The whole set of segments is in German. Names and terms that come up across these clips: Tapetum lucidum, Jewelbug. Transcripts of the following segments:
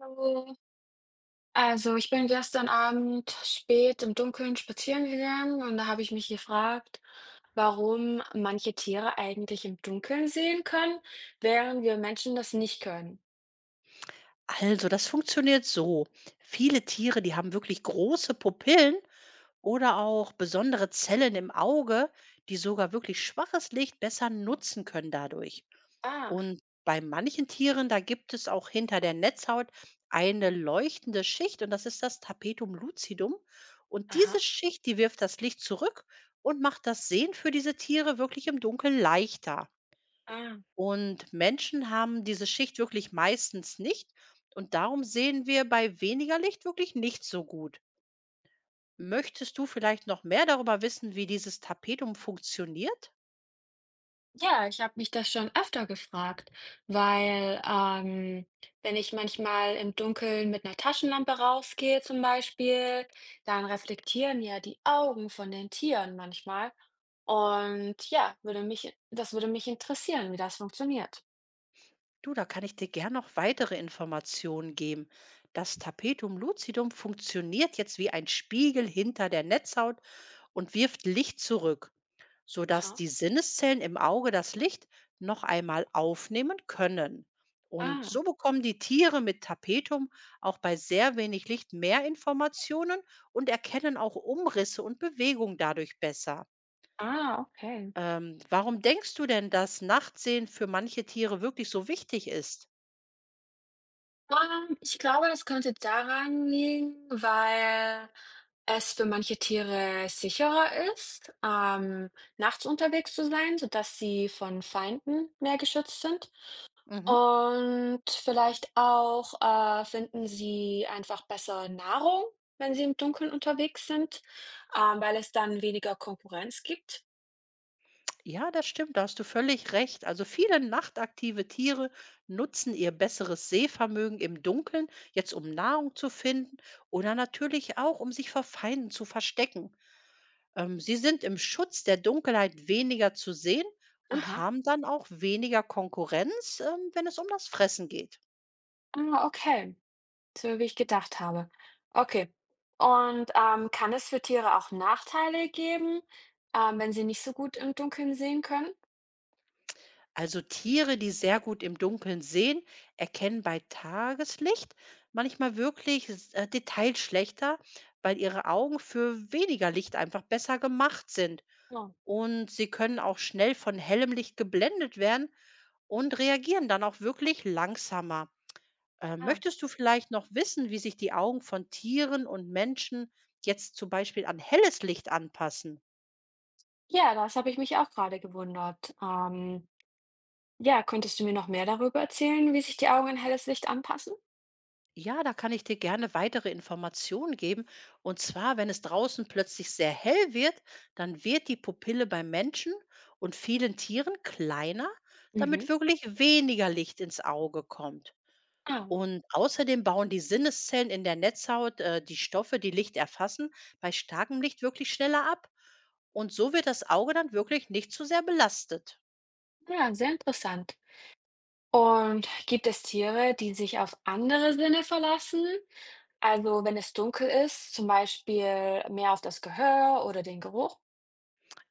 Hallo. Also, ich bin gestern Abend spät im Dunkeln spazieren gegangen und da habe ich mich gefragt, warum manche Tiere eigentlich im Dunkeln sehen können, während wir Menschen das nicht können. Also, das funktioniert so. Viele Tiere, die haben wirklich große Pupillen oder auch besondere Zellen im Auge, die sogar wirklich schwaches Licht besser nutzen können dadurch. Ah, Und bei manchen Tieren, da gibt es auch hinter der Netzhaut eine leuchtende Schicht und das ist das Tapetum lucidum. Und diese aha, Schicht, die wirft das Licht zurück und macht das Sehen für diese Tiere wirklich im Dunkeln leichter. ah. Und Menschen haben diese Schicht wirklich meistens nicht und darum sehen wir bei weniger Licht wirklich nicht so gut. Möchtest du vielleicht noch mehr darüber wissen, wie dieses Tapetum funktioniert? Ja, ich habe mich das schon öfter gefragt, weil wenn ich manchmal im Dunkeln mit einer Taschenlampe rausgehe zum Beispiel, dann reflektieren ja die Augen von den Tieren manchmal. Und ja, das würde mich interessieren, wie das funktioniert. Du, da kann ich dir gern noch weitere Informationen geben. Das Tapetum lucidum funktioniert jetzt wie ein Spiegel hinter der Netzhaut und wirft Licht zurück, sodass Aha. die Sinneszellen im Auge das Licht noch einmal aufnehmen können. Und Ah, so bekommen die Tiere mit Tapetum auch bei sehr wenig Licht mehr Informationen und erkennen auch Umrisse und Bewegung dadurch besser. ah, okay. Warum denkst du denn, dass Nachtsehen für manche Tiere wirklich so wichtig ist? Ich glaube, das könnte daran liegen, weil es für manche Tiere sicherer ist, nachts unterwegs zu sein, sodass sie von Feinden mehr geschützt sind. Mhm. Und vielleicht auch, finden sie einfach besser Nahrung, wenn sie im Dunkeln unterwegs sind, weil es dann weniger Konkurrenz gibt. Ja, das stimmt, da hast du völlig recht. Also viele nachtaktive Tiere nutzen ihr besseres Sehvermögen im Dunkeln, jetzt um Nahrung zu finden oder natürlich auch, um sich vor Feinden zu verstecken. Sie sind im Schutz der Dunkelheit weniger zu sehen und Aha. haben dann auch weniger Konkurrenz, wenn es um das Fressen geht. Ah, okay. So wie ich gedacht habe. Okay. Und, kann es für Tiere auch Nachteile geben, wenn sie nicht so gut im Dunkeln sehen können? Also Tiere, die sehr gut im Dunkeln sehen, erkennen bei Tageslicht manchmal wirklich Details schlechter, weil ihre Augen für weniger Licht einfach besser gemacht sind. Oh, Und sie können auch schnell von hellem Licht geblendet werden und reagieren dann auch wirklich langsamer. Ah. Möchtest du vielleicht noch wissen, wie sich die Augen von Tieren und Menschen jetzt zum Beispiel an helles Licht anpassen? Ja, das habe ich mich auch gerade gewundert. Ja, könntest du mir noch mehr darüber erzählen, wie sich die Augen an helles Licht anpassen? Ja, da kann ich dir gerne weitere Informationen geben. Und zwar, wenn es draußen plötzlich sehr hell wird, dann wird die Pupille beim Menschen und vielen Tieren kleiner, Mhm. damit wirklich weniger Licht ins Auge kommt. Ah, Und außerdem bauen die Sinneszellen in der Netzhaut die Stoffe, die Licht erfassen, bei starkem Licht wirklich schneller ab. Und so wird das Auge dann wirklich nicht zu sehr belastet. ja, sehr interessant. Und gibt es Tiere, die sich auf andere Sinne verlassen? Also wenn es dunkel ist, zum Beispiel mehr auf das Gehör oder den Geruch?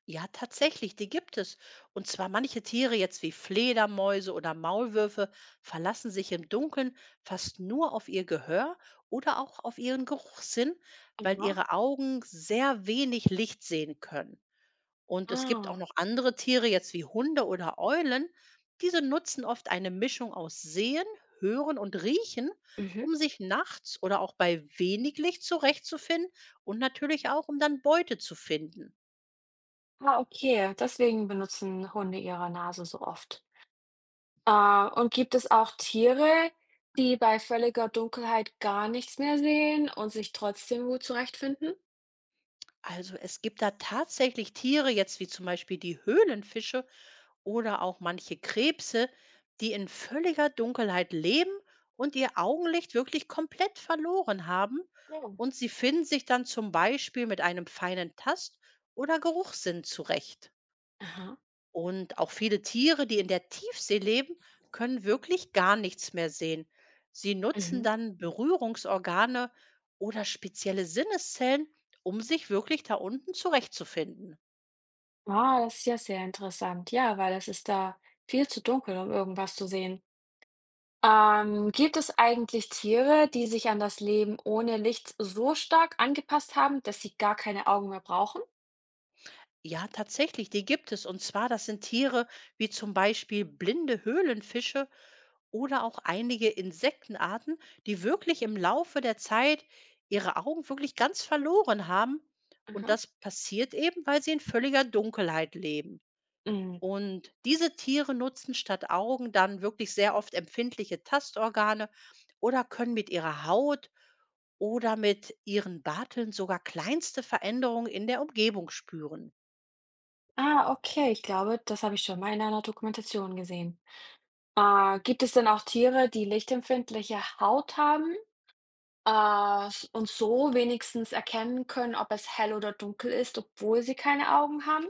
Ja, tatsächlich, die gibt es. Und zwar manche Tiere jetzt wie Fledermäuse oder Maulwürfe verlassen sich im Dunkeln fast nur auf ihr Gehör oder auch auf ihren Geruchssinn, weil Aha, ihre Augen sehr wenig Licht sehen können. Und es gibt auch ah, noch andere Tiere jetzt wie Hunde oder Eulen. Diese nutzen oft eine Mischung aus Sehen, Hören und Riechen, mhm. um sich nachts oder auch bei wenig Licht zurechtzufinden und natürlich auch, um dann Beute zu finden. Ah, okay, deswegen benutzen Hunde ihre Nase so oft. Äh, und gibt es auch Tiere, die bei völliger Dunkelheit gar nichts mehr sehen und sich trotzdem gut zurechtfinden? Also es gibt da tatsächlich Tiere, jetzt wie zum Beispiel die Höhlenfische oder auch manche Krebse, die in völliger Dunkelheit leben und ihr Augenlicht wirklich komplett verloren haben. Oh. Und sie finden sich dann zum Beispiel mit einem feinen Tast- oder Geruchssinn zurecht. Aha. Und auch viele Tiere, die in der Tiefsee leben, können wirklich gar nichts mehr sehen. Sie nutzen Mhm. dann Berührungsorgane oder spezielle Sinneszellen, um sich wirklich da unten zurechtzufinden. Ah, das ist ja sehr interessant. Ja, weil es ist da viel zu dunkel, um irgendwas zu sehen. Gibt es eigentlich Tiere, die sich an das Leben ohne Licht so stark angepasst haben, dass sie gar keine Augen mehr brauchen? Ja, tatsächlich, die gibt es. Und zwar, das sind Tiere wie zum Beispiel blinde Höhlenfische oder auch einige Insektenarten, die wirklich im Laufe der Zeit ihre Augen wirklich ganz verloren haben. Und Aha. das passiert eben, weil sie in völliger Dunkelheit leben. Und diese Tiere nutzen statt Augen dann wirklich sehr oft empfindliche Tastorgane oder können mit ihrer Haut oder mit ihren Barteln sogar kleinste Veränderungen in der Umgebung spüren. Ah, okay, ich glaube, das habe ich schon mal in einer Dokumentation gesehen. Gibt es denn auch Tiere, die lichtempfindliche Haut haben, und so wenigstens erkennen können, ob es hell oder dunkel ist, obwohl sie keine Augen haben?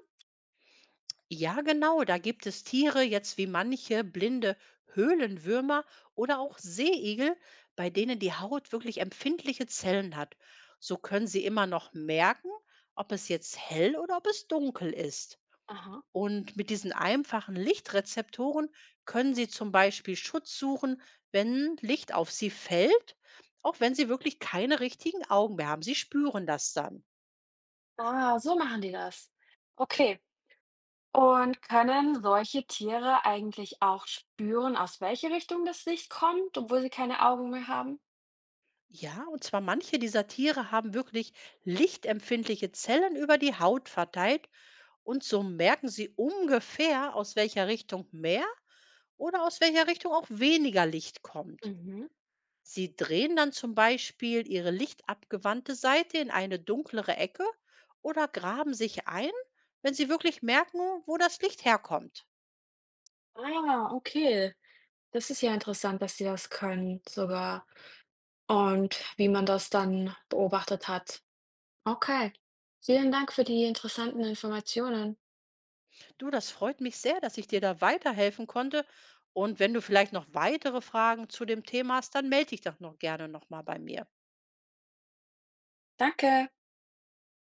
Ja, genau, da gibt es Tiere jetzt wie manche blinde Höhlenwürmer oder auch Seeigel, bei denen die Haut wirklich empfindliche Zellen hat. So können sie immer noch merken, ob es jetzt hell oder ob es dunkel ist. Aha. Und mit diesen einfachen Lichtrezeptoren können sie zum Beispiel Schutz suchen, wenn Licht auf sie fällt, auch wenn sie wirklich keine richtigen Augen mehr haben. Sie spüren das dann. Ah, so machen die das. Okay. Und können solche Tiere eigentlich auch spüren, aus welche Richtung das Licht kommt, obwohl sie keine Augen mehr haben? Ja, und zwar manche dieser Tiere haben wirklich lichtempfindliche Zellen über die Haut verteilt und so merken sie ungefähr, aus welcher Richtung mehr oder aus welcher Richtung auch weniger Licht kommt. Mhm. Sie drehen dann zum Beispiel ihre lichtabgewandte Seite in eine dunklere Ecke oder graben sich ein, wenn sie wirklich merken, wo das Licht herkommt. Ah, okay. Das ist ja interessant, dass sie das können. Sogar. Und wie man das dann beobachtet hat. Okay. Vielen Dank für die interessanten Informationen. Du, das freut mich sehr, dass ich dir da weiterhelfen konnte. Und wenn du vielleicht noch weitere Fragen zu dem Thema hast, dann melde dich doch noch gerne nochmal bei mir. Danke.